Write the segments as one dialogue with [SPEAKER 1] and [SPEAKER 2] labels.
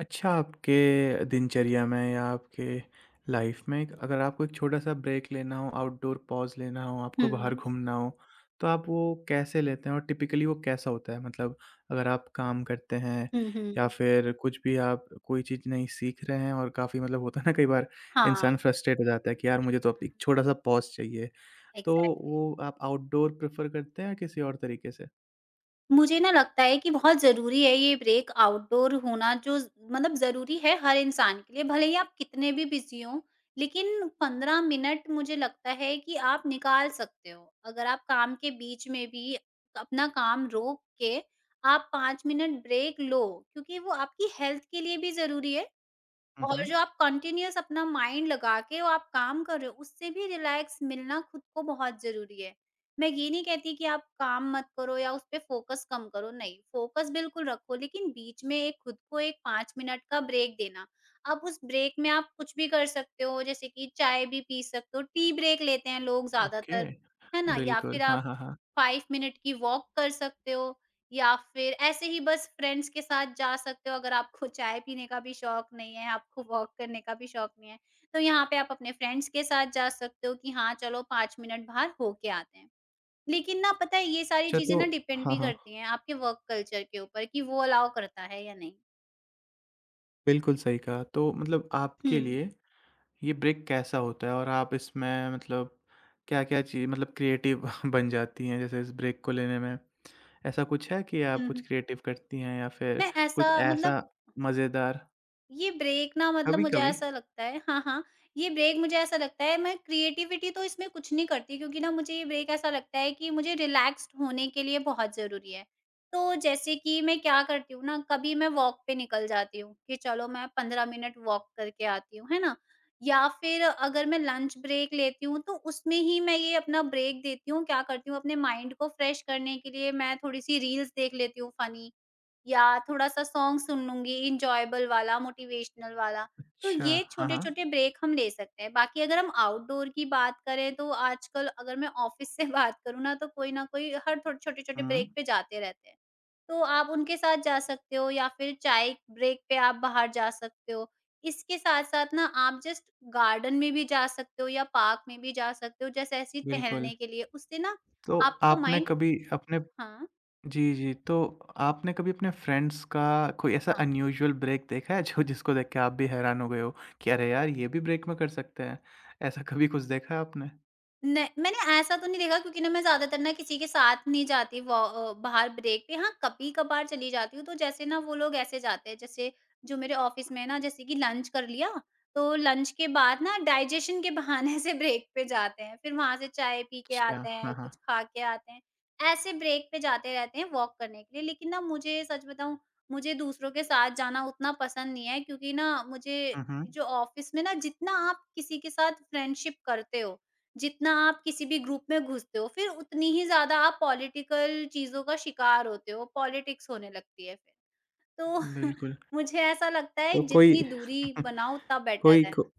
[SPEAKER 1] अच्छा, आपके दिनचर्या में या आपके लाइफ में एक अगर आपको एक छोटा-सा ब्रेक लेना हो, आउटडोर पॉज़ लेना हो, आपको बाहर
[SPEAKER 2] हुँ।
[SPEAKER 1] घूमना हो, तो आप वो कैसे लेते हैं और टिपिकली वो कैसा होता है? मतलब अगर आप काम करते हैं
[SPEAKER 2] हुँ, हुँ।
[SPEAKER 1] या फिर कुछ भी, आप कोई चीज़ नहीं सीख रहे हैं और काफ़ी, मतलब होता है ना कई बार
[SPEAKER 2] हाँ।
[SPEAKER 1] इंसान फ्रस्ट्रेट हो जाता है कि यार मुझे तो अब
[SPEAKER 2] हुँ,
[SPEAKER 1] एक छोटा-सा पॉज़ चाहिए। तो
[SPEAKER 2] एग्ज़ैक्टली।
[SPEAKER 1] वो आप आउटडोर प्रेफ़र करते हैं या किसी और तरीके से?
[SPEAKER 2] मुझे ना लगता है कि बहुत ज़रूरी है ये ब्रेक आउटडोर होना जो ज़ मतलब ज़रूरी है हर इंसान के लिए, भले ही आप कितने भी बिज़ी हों, लेकिन 15 मिनट मुझे लगता है कि आप निकाल सकते हो। अगर आप काम के बीच में भी अपना काम रोक के आप 5 मिनट ब्रेक लो, क्योंकि वो आपकी हेल्थ के लिए भी ज़रूरी है।
[SPEAKER 1] हुँ,
[SPEAKER 2] और
[SPEAKER 1] हुँ।
[SPEAKER 2] जो आप कंटीन्यूअस अपना माइंड लगा के वो आप काम कर रहे हो, उससे भी रिलैक्स मिलना खुद को बहुत ज़रूरी है। मैं ये नहीं कहती कि आप काम मत करो या उस पे फ़ोकस कम करो, नहीं, फ़ोकस बिल्कुल रखो लेकिन बीच में एक खुद को एक 5 मिनट का ब्रेक देना। अब उस ब्रेक में आप कुछ भी कर सकते हो, जैसे कि चाय भी पी सकते हो, टी ब्रेक लेते हैं लोग
[SPEAKER 1] ओके।
[SPEAKER 2] ज़्यादातर, है ना? या फिर
[SPEAKER 1] बिल्कुल। हाँ,
[SPEAKER 2] आप
[SPEAKER 1] हाँ, हाँ।
[SPEAKER 2] 5 मिनट की वॉक कर सकते हो। या फिर ऐसे ही बस फ्रेंड्स के साथ जा सकते हो अगर आपको चाय पीने का भी शौक नहीं है, आपको वॉक करने का भी शौक नहीं है, तो यहाँ पे आप अपने फ्रेंड्स के साथ जा सकते हो कि हाँ, चलो 5 मिनट बाहर होके आते हैं। लेकिन ना पता है ये सारी
[SPEAKER 1] अच्छा
[SPEAKER 2] चीज़ें
[SPEAKER 1] तो
[SPEAKER 2] ना डिपेंड
[SPEAKER 1] हाँ,
[SPEAKER 2] भी
[SPEAKER 1] हाँ।
[SPEAKER 2] करती हैं आपके वर्क कल्चर के ऊपर कि वो अलाउ करता है या नहीं।
[SPEAKER 1] बिल्कुल सही कहा। तो मतलब
[SPEAKER 2] हुँ।
[SPEAKER 1] आपके लिए ये ब्रेक कैसा होता है और आप इसमें मतलब क्या-क्या चीज़, मतलब क्रिएटिव बन जाती हैं जैसे इस ब्रेक को लेने में? ऐसा कुछ है कि आप
[SPEAKER 2] हुँ,
[SPEAKER 1] कुछ
[SPEAKER 2] हुँ।
[SPEAKER 1] क्रिएटिव करती हैं या फिर
[SPEAKER 2] मैं ऐसा
[SPEAKER 1] कुछ
[SPEAKER 2] मतलब
[SPEAKER 1] ऐसा मज़ेदार?
[SPEAKER 2] ये ब्रेक ना मतलब मुझे
[SPEAKER 1] कभी-कभी?
[SPEAKER 2] ऐसा लगता है हाँ, हाँ। ये ब्रेक मुझे ऐसा लगता है मैं क्रिएटिविटी तो इसमें कुछ नहीं करती क्योंकि ना मुझे ये ब्रेक ऐसा लगता है कि मुझे रिलैक्स्ड होने के लिए बहुत ज़रूरी है। तो जैसे कि मैं क्या करती हूँ ना कभी मैं वॉक पे निकल जाती हूँ कि चलो मैं 15 मिनट वॉक करके आती हूँ, है ना? या फिर अगर मैं लंच ब्रेक लेती हूँ तो उसमें ही मैं ये अपना ब्रेक देती हूँ। क्या करती हूँ अपने माइंड को फ्रेश करने के लिए मैं थोड़ी-सी रील्स देख लेती हूँ फ़नी या थोड़ा-सा सॉन्ग सुन लूँगी एन्जॉयबल वाला, मोटिवेशनल वाला। तो
[SPEAKER 1] अच्छा,
[SPEAKER 2] ये
[SPEAKER 1] हाँ, हाँ।
[SPEAKER 2] छोटे-छोटे ब्रेक हम ले सकते हैं। बाकी अगर हम आउटडोर की बात करें तो आजकल अगर मैं ऑफ़िस से बात करूँ ना तो कोई ना कोई हर थोड़े छोटे-छोटे
[SPEAKER 1] हुँ,
[SPEAKER 2] ब्रेक पे जाते रहते हैं। तो आप उनके साथ जा सकते हो या फिर चाय ब्रेक पे आप बाहर जा सकते हो। इसके साथ-साथ ना आप जस्ट गार्डन में भी जा सकते हो या पार्क में भी जा सकते हो जैसे ऐसे ही
[SPEAKER 1] बिल्कुल।
[SPEAKER 2] टहलने के लिए। उससे ना
[SPEAKER 1] तो
[SPEAKER 2] आपका
[SPEAKER 1] आपने
[SPEAKER 2] माइंड
[SPEAKER 1] कभी अपने
[SPEAKER 2] हाँ,
[SPEAKER 1] जी, जी। तो आपने कभी अपने फ्रेंड्स का कोई ऐसा
[SPEAKER 2] हाँ।
[SPEAKER 1] अनयूजुअल ब्रेक देखा है जो जिसको देख के आप भी हैरान हो गए हो कि अरे यार ये भी ब्रेक में कर सकते हैं? ऐसा कभी कुछ देखा है आपने?
[SPEAKER 2] नहीं, मैंने ऐसा तो नहीं देखा क्योंकि ना मैं ज़्यादातर ना किसी के साथ नहीं जाती वो बाहर ब्रेक पे हाँ, कभी-कभार चली जाती हूँ, तो जैसे ना वो लोग ऐसे जाते हैं, जैसे जो मेरे ऑफ़िस में है ना जैसे कि लंच कर लिया, तो लंच के बाद ना डाइजेशन के बहाने से ब्रेक पे जाते हैं, फिर वहाँ से चाय पी के
[SPEAKER 1] अच्छा,
[SPEAKER 2] आते हैं,
[SPEAKER 1] हाँ, हाँ।
[SPEAKER 2] कुछ खा के आते हैं। ऐसे ब्रेक पे जाते रहते हैं वॉक करने के लिए, लेकिन ना मुझे सच बताऊँ, मुझे दूसरों के साथ जाना उतना पसंद नहीं है क्योंकि ना मुझे
[SPEAKER 1] हुँ, हुँ।
[SPEAKER 2] जो ऑफ़िस में ना जितना आप किसी के साथ फ्रेंडशिप करते हो, जितना आप किसी भी ग्रुप में घुसते हो, फिर उतनी ही ज़्यादा आप पॉलिटिकल चीज़ों का शिकार होते हो, पॉलिटिक्स होने लगती है फिर। तो
[SPEAKER 1] बिल्कुल।
[SPEAKER 2] मुझे ऐसा लगता है
[SPEAKER 1] तो कोई
[SPEAKER 2] जितनी दूरी बनाओ उतना
[SPEAKER 1] कोई
[SPEAKER 2] बेटर है।
[SPEAKER 1] को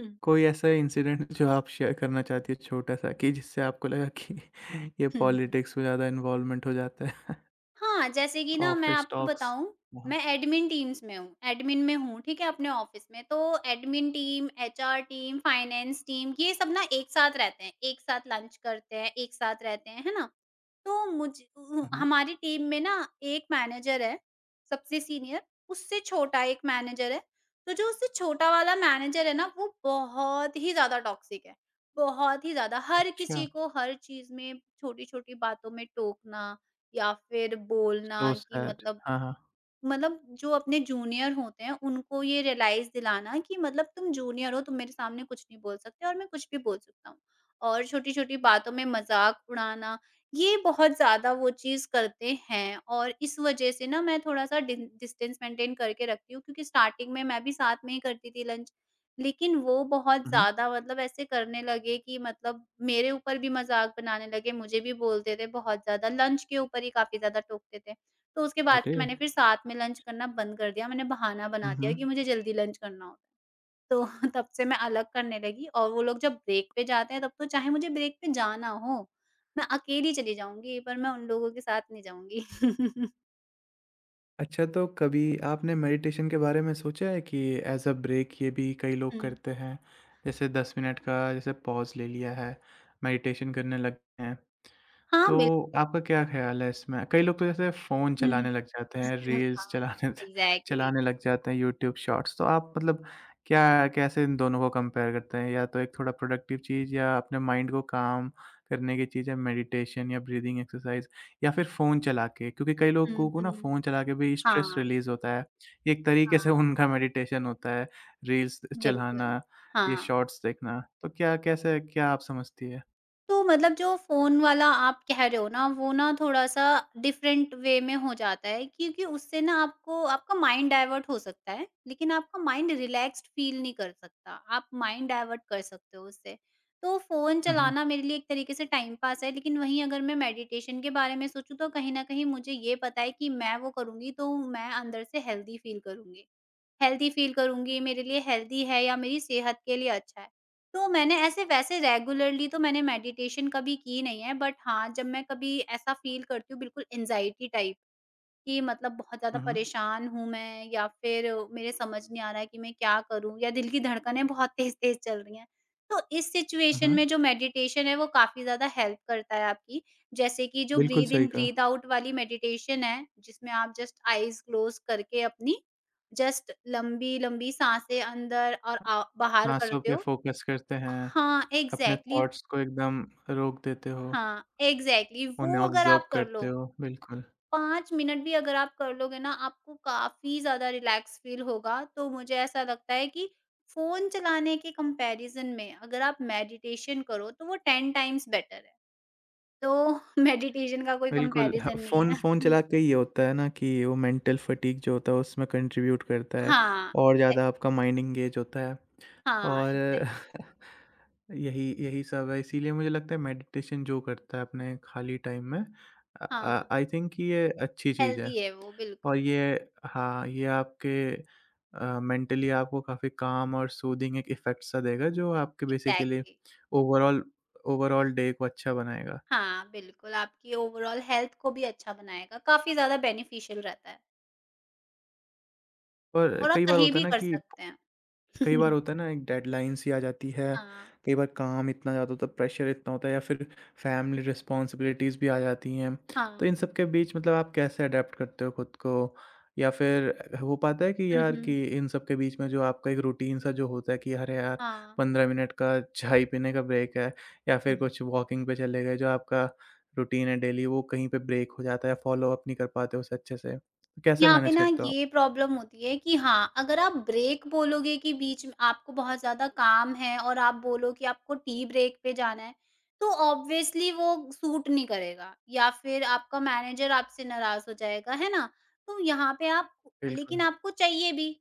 [SPEAKER 2] हुँ।
[SPEAKER 1] कोई ऐसा इंसिडेंट जो आप शेयर करना चाहती है छोटा-सा कि जिससे आपको लगा कि ये
[SPEAKER 2] हुँ, हुँ।
[SPEAKER 1] पॉलिटिक्स में ज़्यादा इन्वॉल्वमेंट हो जाता है?
[SPEAKER 2] हाँ, जैसे कि ना मैं
[SPEAKER 1] ऑफिस
[SPEAKER 2] आपको
[SPEAKER 1] टॉक्स।
[SPEAKER 2] बताऊँ,
[SPEAKER 1] हाँ।
[SPEAKER 2] मैं एडमिन टीम्स में हूँ, एडमिन में हूँ, ठीक है? अपने ऑफ़िस में। तो admin team, HR team, finance team ये सब ना एक साथ रहते हैं, एक साथ लंच करते हैं, एक साथ रहते हैं, है ना? तो मुझ उ
[SPEAKER 1] हुँ, हुँ।
[SPEAKER 2] हमारी टीम में ना एक मैनेजर है, सबसे सीनियर, उससे छोटा एक मैनेजर है, तो जो उससे छोटा वाला मैनेजर है ना, वो बहुत ही ज़्यादा टॉक्सिक है, बहुत ही ज़्यादा। हर
[SPEAKER 1] अच्छा,
[SPEAKER 2] किसी को हर चीज़ में छोटी-छोटी बातों में टोकना या फिर बोलना
[SPEAKER 1] सो
[SPEAKER 2] कि
[SPEAKER 1] सैड।
[SPEAKER 2] मतलब
[SPEAKER 1] हाँ, हाँ।
[SPEAKER 2] मतलब जो अपने जूनियर होते हैं, उनको ये रियलाइज़ दिलाना कि मतलब तुम जूनियर हो, तुम मेरे सामने कुछ नहीं बोल सकते और मैं कुछ भी बोल सकता हूँ। और छोटी-छोटी बातों में मज़ाक उड़ाना, ये बहुत ज़्यादा वो चीज़ करते हैं और इस वज़ह से ना मैं थोड़ा-सा डिन डिस्टेंस मेंटेन करके रखती हूँ क्योंकि स्टार्टिंग में मैं भी साथ में ही करती थी लंच। लेकिन वो बहुत
[SPEAKER 1] हुँ, हुँ।
[SPEAKER 2] ज़्यादा मतलब ऐसे करने लगे कि मतलब मेरे ऊपर भी मज़ाक बनाने लगे, मुझे भी बोलते थे बहुत ज़्यादा, लंच के ऊपर ही काफ़ी ज़्यादा टोकते थे। तो उसके बाद
[SPEAKER 1] अरे!
[SPEAKER 2] से मैंने फिर साथ में लंच करना बंद कर दिया, मैंने बहाना
[SPEAKER 1] हुँ,
[SPEAKER 2] बना दिया कि
[SPEAKER 1] हुँ।
[SPEAKER 2] मुझे जल्दी लंच करना होता है। तो तब से मैं अलग करने लगी और वो लोग जब ब्रेक पे जाते हैं तब तो चाहे मुझे ब्रेक पे जाना हो, मैं अकेली चली जाऊँगी पर मैं उन लोगों के साथ नहीं जाऊँगी।
[SPEAKER 1] अच्छा, तो कभी आपने मेडिटेशन के बारे में सोचा है कि एज़ अ ब्रेक ये भी कई लोग
[SPEAKER 2] हुँ।
[SPEAKER 1] करते हैं? जैसे 10 मिनट का जैसे पॉज़ ले लिया है, मेडिटेशन करने लग गए हैं।
[SPEAKER 2] हाँ, बिल
[SPEAKER 1] तो आपका क्या ख़्याल है इसमें? कई लोग तो जैसे फ़ोन
[SPEAKER 2] हुँ,
[SPEAKER 1] चलाने लग जाते हैं,
[SPEAKER 2] हुँ,
[SPEAKER 1] रील्स
[SPEAKER 2] हाँ। एग्ज़ैक्टली
[SPEAKER 1] चलाने लग जाते हैं, यूट्यूब शॉर्ट्स, तो आप मतलब क्या, कैसे इन दोनों को कंपेयर करते हैं? या तो एक थोड़ा प्रोडक्टिव चीज़ या अपने माइंड को काम करने की चीज़ है मेडिटेशन या ब्रीदिंग एक्सरसाइज़ या फिर फ़ोन चला के? क्योंकि कई लोगों
[SPEAKER 2] हुँ,
[SPEAKER 1] को ना
[SPEAKER 2] हुँ।
[SPEAKER 1] फ़ोन चला के भी स्ट्रेस
[SPEAKER 2] हाँ,
[SPEAKER 1] रिलीज़ होता है। ये एक तरीके से
[SPEAKER 2] हाँ,
[SPEAKER 1] उनका मेडिटेशन होता है, रील्स
[SPEAKER 2] बिल्कुल।
[SPEAKER 1] चलाना, ये
[SPEAKER 2] हाँ।
[SPEAKER 1] शॉर्ट्स देखना। तो क्या, कैसे, क्या आप समझती है?
[SPEAKER 2] तो मतलब जो फ़ोन वाला आप कह रहे हो ना, वो ना थोड़ा-सा डिफरेंट वे में हो जाता है क्योंकि उससे ना आपको आपका माइंड डाइवर्ट हो सकता है, लेकिन आपका माइंड रिलैक्स्ड फ़ील नहीं कर सकता। आप माइंड डाइवर्ट कर सकते हो उससे। तो फ़ोन
[SPEAKER 1] हुँ, हुँ।
[SPEAKER 2] चलाना मेरे लिए एक तरीके से टाइम पास है, लेकिन वहीं अगर मैं मेडिटेशन के बारे में सोचूँ तो कहीं न कहीं मुझे ये पता है कि मैं वो करूँगी तो मैं अंदर से हेल्दी फ़ील करूँगी। हेल्दी फ़ील करूँगी, मेरे लिए हेल्दी है या मेरी सेहत के लिए अच्छा है। तो मैंने ऐसे वैसे रेगुलरली तो मैंने मेडिटेशन कभी की नहीं है बट हाँ, जब मैं कभी ऐसा फ़ील करती हूँ बिल्कुल एंग्ज़ायटी टाइप कि मतलब बहुत ज़्यादा
[SPEAKER 1] हुँ, हुँ।
[SPEAKER 2] परेशान हूँ मैं या फिर मेरे समझ नहीं आ रहा है कि मैं क्या करूँ या दिल की धड़कनें बहुत तेज़-तेज़ चल रही हैं। तो इस
[SPEAKER 1] हुँ,
[SPEAKER 2] सिचुएशन
[SPEAKER 1] हुँ।
[SPEAKER 2] में जो मेडिटेशन है वो काफ़ी ज़्यादा हेल्प करता है आपकी। जैसे कि जो
[SPEAKER 1] बिल्कुल
[SPEAKER 2] ब्रीथ इन
[SPEAKER 1] सही कहा।
[SPEAKER 2] ब्रीथ आउट वाली मेडिटेशन है, जिसमें आप जस्ट आईज़ क्लोज़ करके अपनी जस्ट लंबी-लंबी साँसें अंदर और आ बाहर
[SPEAKER 1] साँसों
[SPEAKER 2] करते
[SPEAKER 1] पे
[SPEAKER 2] हो।
[SPEAKER 1] फ़ोकस करते हैं,
[SPEAKER 2] हाँ,
[SPEAKER 1] अपने
[SPEAKER 2] एग्ज़ैक्टली
[SPEAKER 1] थॉट्स को एकदम रोक देते हो,
[SPEAKER 2] हाँ, एग्ज़ैक्टली वो
[SPEAKER 1] उन्हें
[SPEAKER 2] अगर
[SPEAKER 1] ऑब्ज़र्व
[SPEAKER 2] आप कर लो
[SPEAKER 1] करते हो, बिल्कुल।
[SPEAKER 2] 5 मिनट भी अगर आप कर लोगे ना, आपको काफ़ी ज़्यादा रिलैक्स फ़ील होगा। तो मुझे ऐसा लगता है कि फ़ोन चलाने के कंपैरिज़न में अगर आप मेडिटेशन करो, तो वो 10 टाइम्स बेटर है। तो मेडिटेशन का कोई
[SPEAKER 1] बिल्कुल, ह
[SPEAKER 2] कंपैरिज़न नहीं
[SPEAKER 1] फ़ोन
[SPEAKER 2] है।
[SPEAKER 1] फ़ोन चला के ये होता है ना कि वो मेंटल फटीग जो होता है उसमें कंट्रीब्यूट करता है
[SPEAKER 2] हाँ,
[SPEAKER 1] और ज़्यादा
[SPEAKER 2] एग्ज़ैक्टली।
[SPEAKER 1] आपका माइंड एंगेज होता है
[SPEAKER 2] हाँ,
[SPEAKER 1] और
[SPEAKER 2] एग्ज़ैक्टली।
[SPEAKER 1] यही यही सब है, इसीलिए मुझे लगता है मेडिटेशन जो करता है अपने खाली टाइम में
[SPEAKER 2] हाँ,
[SPEAKER 1] आई थिंक कि ये अच्छी चीज़ है।
[SPEAKER 2] हेल्दी है वो बिल्कुल,
[SPEAKER 1] और ये हाँ, ये आपके अ, मेंटली आपको काफ़ी काम और सूदिंग एक इफ़ेक्ट सा देगा जो आपके basically
[SPEAKER 2] exactly.
[SPEAKER 1] Overall overall day को अच्छा बनाएगा।
[SPEAKER 2] हाँ, बिल्कुल आपकी ओवरॉल हेल्थ को भी अच्छा बनाएगा, काफ़ी ज़्यादा बेनिफिशियल रहता है
[SPEAKER 1] और
[SPEAKER 2] और आप
[SPEAKER 1] कई बार
[SPEAKER 2] कहीं
[SPEAKER 1] होता है
[SPEAKER 2] भी
[SPEAKER 1] ना
[SPEAKER 2] कर
[SPEAKER 1] कि
[SPEAKER 2] सकते हैं।
[SPEAKER 1] कई बार होता है ना एक डेडलाइन सी आ जाती है,
[SPEAKER 2] हाँ,
[SPEAKER 1] कई बार काम इतना ज़्यादा होता है, प्रेशर इतना होता है या फिर फैमिली रिस्पॉन्सिबिलिटीज़ भी आ जाती हैं।
[SPEAKER 2] हाँ।
[SPEAKER 1] तो इन सब के बीच मतलब आप कैसे अडैप्ट करते हो खुद को? या फिर हो पाता है कि
[SPEAKER 2] हुँ,
[SPEAKER 1] यार
[SPEAKER 2] हुँ।
[SPEAKER 1] कि इन सब के बीच में जो आपका एक रूटीन सा जो होता है कि अरे यार
[SPEAKER 2] हाँ।
[SPEAKER 1] 15 मिनट का चाय पीने का ब्रेक है या फिर
[SPEAKER 2] हुँ।
[SPEAKER 1] कुछ वॉकिंग पे चले गए जो आपका रूटीन है डेली वो कहीं पे ब्रेक हो जाता है या फ़ॉलो अप नहीं कर पाते हो उसे अच्छे से। तो कैसे
[SPEAKER 2] यहाँ पे
[SPEAKER 1] मैनेज
[SPEAKER 2] ना
[SPEAKER 1] करते हो आप?
[SPEAKER 2] ये प्रॉब्लम होती है कि हाँ, अगर आप ब्रेक बोलोगे कि बीच में आपको बहुत ज़्यादा काम है और आप बोलो कि आपको टी ब्रेक पे जाना है, तो ऑब्वियसली वो सूट नहीं करेगा या फिर आपका मैनेजर आपसे नाराज़ हो जाएगा, है ना? तो यहाँ पे आप लेकिन
[SPEAKER 1] बिल्कुल।
[SPEAKER 2] आपको चाहिए भी,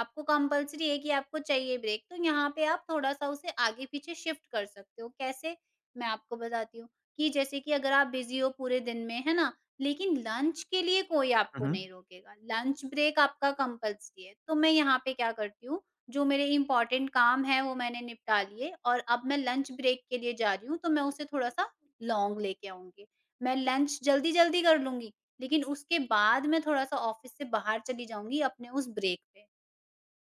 [SPEAKER 2] आपको कंपल्सरी है कि आपको चाहिए ब्रेक, तो यहाँ पे आप थोड़ा-सा उसे आगे-पीछे शिफ्ट कर सकते हो। कैसे? मैं आपको बताती हूँ कि जैसे कि अगर आप बिज़ी हो पूरे दिन में, है ना? लेकिन लंच के लिए कोई
[SPEAKER 1] हुँ,
[SPEAKER 2] आपको नहीं
[SPEAKER 1] हुँ।
[SPEAKER 2] रोकेगा, लंच ब्रेक आपका कंपल्सरी है। तो मैं यहाँ पे क्या करती हूँ, जो मेरे इम्पोर्टेंट काम हैं वो मैंने निपटा लिए और अब मैं लंच ब्रेक के लिए जा रही हूँ, तो मैं उसे थोड़ा-सा लॉन्ग लेके आऊँगी। मैं लंच जल्दी-जल्दी कर लूँगी, लेकिन उसके बाद मैं थोड़ा-सा ऑफ़िस से बाहर चली जाऊँगी अपने उस ब्रेक पे।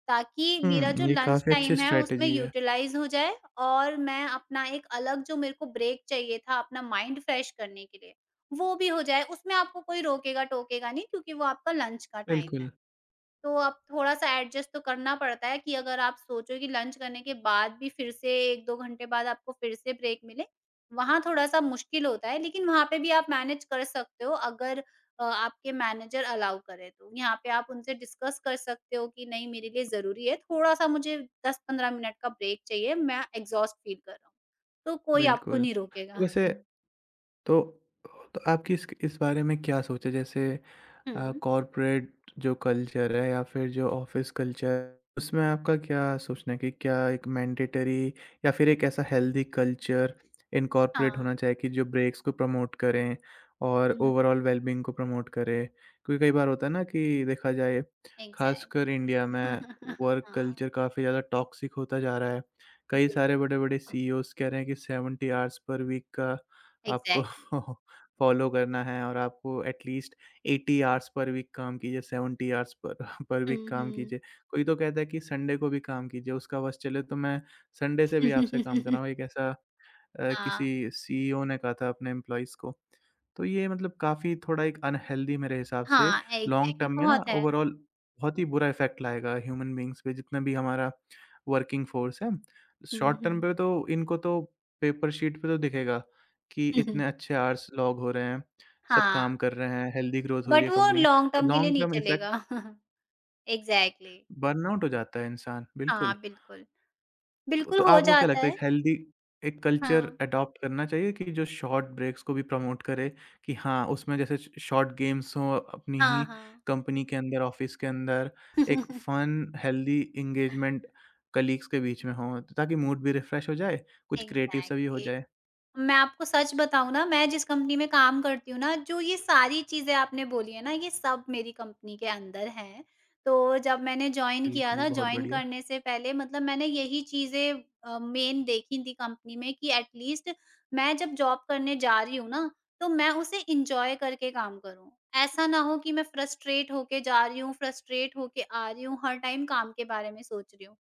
[SPEAKER 2] ताकि मेरा जो
[SPEAKER 1] हुँ, ये
[SPEAKER 2] लंच
[SPEAKER 1] काफ़ी अच्छी
[SPEAKER 2] टाइम है उसमें
[SPEAKER 1] स्ट्रैटेजी है।
[SPEAKER 2] यूटिलाइज़ हो जाए और मैं अपना एक अलग जो मेरे को ब्रेक चाहिए था अपना माइंड फ्रेश करने के लिए, वो भी हो जाए। उसमें आपको कोई रोकेगा-टोकेगा नहीं क्योंकि वो आपका लंच का टाइम है।
[SPEAKER 1] बिल्कुल,
[SPEAKER 2] तो अब थोड़ा-सा एडजस्ट तो करना पड़ता है कि अगर आप सोचो कि लंच करने के बाद भी फिर से 1-2 घंटे बाद आपको फिर से ब्रेक मिले, वहाँ थोड़ा-सा मुश्किल होता है, लेकिन वहाँ पे भी आप मैनेज कर सकते हो अगर आपके मैनेजर अलाउ करें तो। यहाँ पे आप उनसे डिस्कस कर सकते हो कि नहीं मेरे लिए ज़रूरी है, थोड़ा-सा मुझे 10-15 मिनट का ब्रेक चाहिए, मैं एग्ज़ॉस्ट फील कर रहा हूँ। तो कोई आपको
[SPEAKER 1] बिल्कुल।
[SPEAKER 2] नहीं
[SPEAKER 1] तो
[SPEAKER 2] रोकेगा।
[SPEAKER 1] वैसे
[SPEAKER 2] हुँ।
[SPEAKER 1] तो तो आपकी इस बारे में क्या सोच है? जैसे अ,
[SPEAKER 2] हुँ,
[SPEAKER 1] कॉर्पोरेट जो कल्चर है या फिर जो ऑफिस कल्चर, उसमें आपका क्या सोचना है कि क्या एक मैंडेटरी या फिर एक ऐसा हेल्दी कल्चर इनकॉर्पोरेट
[SPEAKER 2] हाँ।
[SPEAKER 1] होना चाहिए कि जो ब्रेक्स को प्रमोट करें और
[SPEAKER 2] हुँ, हुँ,
[SPEAKER 1] ओवरऑल वेलबींग को प्रमोट करे, क्योंकि कई बार होता है ना कि देखा जाए खासकर
[SPEAKER 2] एग्ज़ैक्टली।
[SPEAKER 1] इंडिया में वर्क
[SPEAKER 2] हाँ,
[SPEAKER 1] कल्चर काफ़ी ज़्यादा टॉक्सिक होता जा रहा है। कई
[SPEAKER 2] बिल
[SPEAKER 1] सारे बड़े-बड़े सीईओज़ कह रहे हैं कि 70 आवर्स पर वीक का आपको
[SPEAKER 2] एग्ज़ैक्टली।
[SPEAKER 1] फॉलो करना है और आपको एटलीस्ट 80 आवर्स पर वीक काम कीजिए, 70 आवर्स पर पर वीक
[SPEAKER 2] हुँ,
[SPEAKER 1] काम
[SPEAKER 2] हुँ।
[SPEAKER 1] कीजिए। कोई तो कहता है कि संडे को भी काम कीजिए, उसका बस चले तो मैं संडे से भी आपसे काम कर रहा हूँ। एक ऐसा अ,
[SPEAKER 2] हाँ,
[SPEAKER 1] किसी सीईओ ने कहा था अपने एम्प्लॉइज़ को। तो ये मतलब काफ़ी थोड़ा एक अनहेल्दी मेरे हिसाब से
[SPEAKER 2] हाँ,
[SPEAKER 1] लॉन्ग
[SPEAKER 2] एग्ज़ैक्टली
[SPEAKER 1] टर्म में ना
[SPEAKER 2] बहुत है।
[SPEAKER 1] ओवरऑल बहुत ही बुरा इफ़ेक्ट लाएगा ह्यूमन बीइंग्स पे जितना भी हमारा वर्किंग फ़ोर्स है। शॉर्ट टर्म पे तो इनको तो पेपर शीट पे तो दिखेगा कि
[SPEAKER 2] हुँ, हुँ।
[SPEAKER 1] इतने अच्छे आवर्स लॉग हो रहे हैं, सब
[SPEAKER 2] हाँ,
[SPEAKER 1] काम कर रहे हैं, हेल्दी ग्रोथ हो रही
[SPEAKER 2] बट
[SPEAKER 1] है
[SPEAKER 2] वो
[SPEAKER 1] कंपनी
[SPEAKER 2] लॉन्ग
[SPEAKER 1] और
[SPEAKER 2] टर्म के लिए
[SPEAKER 1] लॉन्ग
[SPEAKER 2] नहीं
[SPEAKER 1] टर्म इफ़ेक्ट
[SPEAKER 2] चलेगा। एग्ज़ैक्टली
[SPEAKER 1] बर्नआउट हो जाता है इंसान, बिल्कुल।
[SPEAKER 2] हाँ, बिल्कुल।
[SPEAKER 1] तो
[SPEAKER 2] बिल्कुल
[SPEAKER 1] तो
[SPEAKER 2] हो
[SPEAKER 1] आपको क्या
[SPEAKER 2] जाता
[SPEAKER 1] लगता है
[SPEAKER 2] है।
[SPEAKER 1] एक हेल्दी एक कल्चर
[SPEAKER 2] हाँ,
[SPEAKER 1] अडॉप्ट करना चाहिए कि जो शॉर्ट ब्रेक्स को भी प्रमोट करे कि हाँ, उसमें जैसे श शॉर्ट गेम्स हों अपनी ही
[SPEAKER 2] हाँ, हाँ।
[SPEAKER 1] कंपनी के अंदर, ऑफ़िस के अंदर, एक फन हेल्दी एंगेजमेंट कलीग्स के बीच में हो, ताकि मूड भी रिफ्रेश हो जाए, कुछ क्रिएटिव सा भी हो
[SPEAKER 2] एग्ज़ैक्टली।
[SPEAKER 1] जाए।
[SPEAKER 2] मैं आपको सच बताऊँ ना, मैं जिस कंपनी में काम करती हूँ ना, जो ये सारी चीज़ें आपने बोली है ना, ये सब मेरी कंपनी के अंदर हैं। तो जब मैंने जॉइन किया
[SPEAKER 1] बिल्कुल,
[SPEAKER 2] था,
[SPEAKER 1] बहुत
[SPEAKER 2] जॉइन
[SPEAKER 1] बढ़िया।
[SPEAKER 2] करने से पहले मतलब मैंने यही चीज़ें मेन देखी थी कंपनी में कि एट लीस्ट मैं जब जॉब करने जा रही हूँ ना, तो मैं उसे एन्जॉय करके काम करूँ। ऐसा ना हो कि मैं फ्रस्ट्रेट होके जा रही हूँ, फ्रस्ट्रेट होके आ रही हूँ, हर टाइम काम के बारे में सोच रही हूँ।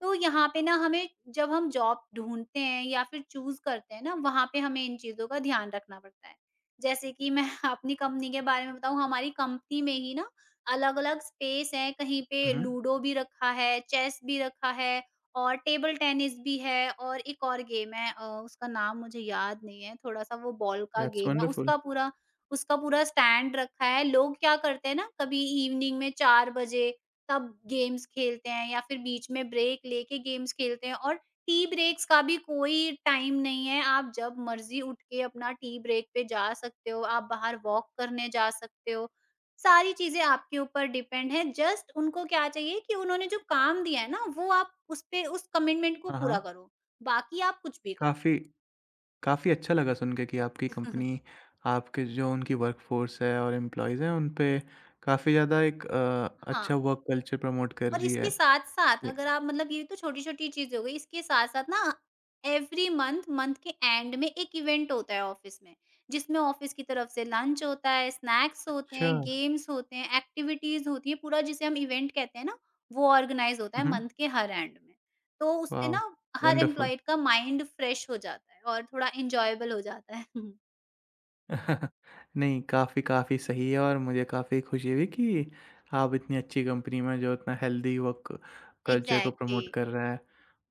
[SPEAKER 2] तो यहाँ पे ना हमें जब हम जॉब ढूँढते हैं या फिर चूज़ करते हैं ना, वहाँ पे हमें इन चीज़ों का ध्यान रखना पड़ता है। जैसे कि मैं अपनी कंपनी के बारे में बताऊँ, हमारी कंपनी में ही ना अलग-अलग स्पेस हैं, कहीं पे
[SPEAKER 1] हुँ, हुँ।
[SPEAKER 2] लूडो भी रखा है, चेस भी रखा है और टेबल टेनिस भी है और एक और गेम है उसका नाम मुझे याद नहीं है, थोड़ा-सा वो बॉल का
[SPEAKER 1] दैट्स
[SPEAKER 2] गेम है।
[SPEAKER 1] वंडरफुल।
[SPEAKER 2] उसका पूरा स्टैंड रखा है। लोग क्या करते हैं ना, कभी इवनिंग में 4 बजे तब गेम्स खेलते हैं या फिर बीच में ब्रेक लेके गेम्स खेलते हैं और टी ब्रेक्स का भी कोई टाइम नहीं है, आप जब मर्ज़ी उठ के अपना टी ब्रेक पे जा सकते हो, आप बाहर वॉक करने जा सकते हो। सारी चीज़ें आपके ऊपर डिपेंड है, जस्ट उनको क्या चाहिए कि उन्होंने जो काम दिया है ना, वो आप उस पे उस कमिटमेंट को
[SPEAKER 1] हाँ, हाँ,
[SPEAKER 2] पूरा करो, बाकी आप कुछ भी करो।
[SPEAKER 1] काफ़ी, काफ़ी अच्छा लगा सुन के कि आपकी कंपनी आपके जो उनकी वर्कफ़ोर्स है और एम्प्लॉइज़ हैं, उन पे काफ़ी ज़्यादा एक अ,
[SPEAKER 2] हाँ।
[SPEAKER 1] अच्छा वर्क कल्चर प्रमोट कर
[SPEAKER 2] और
[SPEAKER 1] रही है।
[SPEAKER 2] इसके साथ-साथ
[SPEAKER 1] जी।
[SPEAKER 2] अगर आप मतलब ये तो छोटी-छोटी चीज़ें हो गई, इसके साथ-साथ ना एवरी मंथ, मंथ के एंड में एक इवेंट होता है ऑफ़िस में, जिसमें ऑफ़िस की तरफ से लंच होता है, स्नैक्स होते
[SPEAKER 1] अच्छा।
[SPEAKER 2] हैं,
[SPEAKER 1] हुँ,
[SPEAKER 2] गेम्स होते हैं, एक्टिविटीज़ होती हैं, पूरा जिसे हम इवेंट कहते हैं ना, वो ऑर्गेनाइज़ होता है
[SPEAKER 1] हुँ।
[SPEAKER 2] मंथ के हर एंड में। तो उससे ना
[SPEAKER 1] वॉव!
[SPEAKER 2] हर
[SPEAKER 1] वंडरफुल।
[SPEAKER 2] एम्प्लॉयी का माइंड फ्रेश हो जाता है और थोड़ा एन्जॉयबल हो जाता है।
[SPEAKER 1] नहीं, काफ़ी, काफ़ी सही है और मुझे काफ़ी खुशी हुई कि आप इतनी अच्छी कंपनी में जो इतना हेल्दी वर्क कल्चर को
[SPEAKER 2] एग्ज़ैक्टली।
[SPEAKER 1] प्रमोट कर रहा है।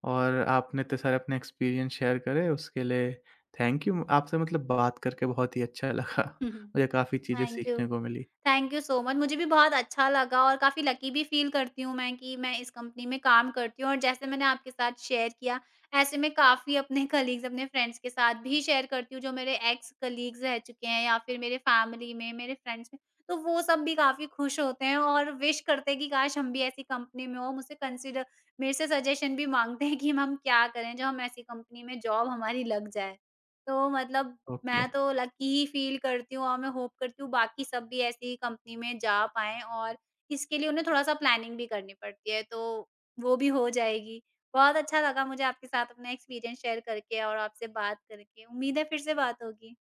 [SPEAKER 1] और आपने इतने सारे अपने एक्सपीरियंस शेयर करे, उसके लिए थैंक यू। आपसे मतलब बात करके बहुत ही अच्छा लगा। मुझे काफ़ी चीज़ें
[SPEAKER 2] थैंक यू।
[SPEAKER 1] सीखने को मिली।
[SPEAKER 2] Thank you so much. मुझे भी बहुत अच्छा लगा और काफ़ी लकी भी फ़ील करती हूँ मैं कि मैं इस कंपनी में काम करती हूँ और जैसे मैंने आपके साथ शेयर किया, ऐसे मैं काफ़ी अपने कलीग्स, अपने फ्रेंड्स के साथ भी शेयर करती हूँ जो मेरे एक्स कलीग्स रह चुके हैं या फिर मेरे फैमिली में, मेरे फ्रेंड्स में। तो वो सब भी काफ़ी खुश होते हैं और विश करते हैं कि काश हम भी ऐसी कंपनी में हों। मुझसे कंसीडर मेरे से सजेशन भी माँगते हैं कि हम क्या करें, जो हम ऐसी कंपनी में जॉब हमारी लग जाए। तो मतलब
[SPEAKER 1] ओके।
[SPEAKER 2] मैं तो लकी ही फ़ील करती हूँ और मैं होप करती हूँ बाकी सब भी ऐसी ही कंपनी में जा पाएँ और इसके लिए उन्हें थोड़ा-सा प्लानिंग भी करनी पड़ती है, तो वो भी हो जाएगी। बहुत अच्छा लगा मुझे आपके साथ अपना एक्सपीरियंस शेयर करके और आपसे बात करके। उम्मीद है फिर से बात होगी।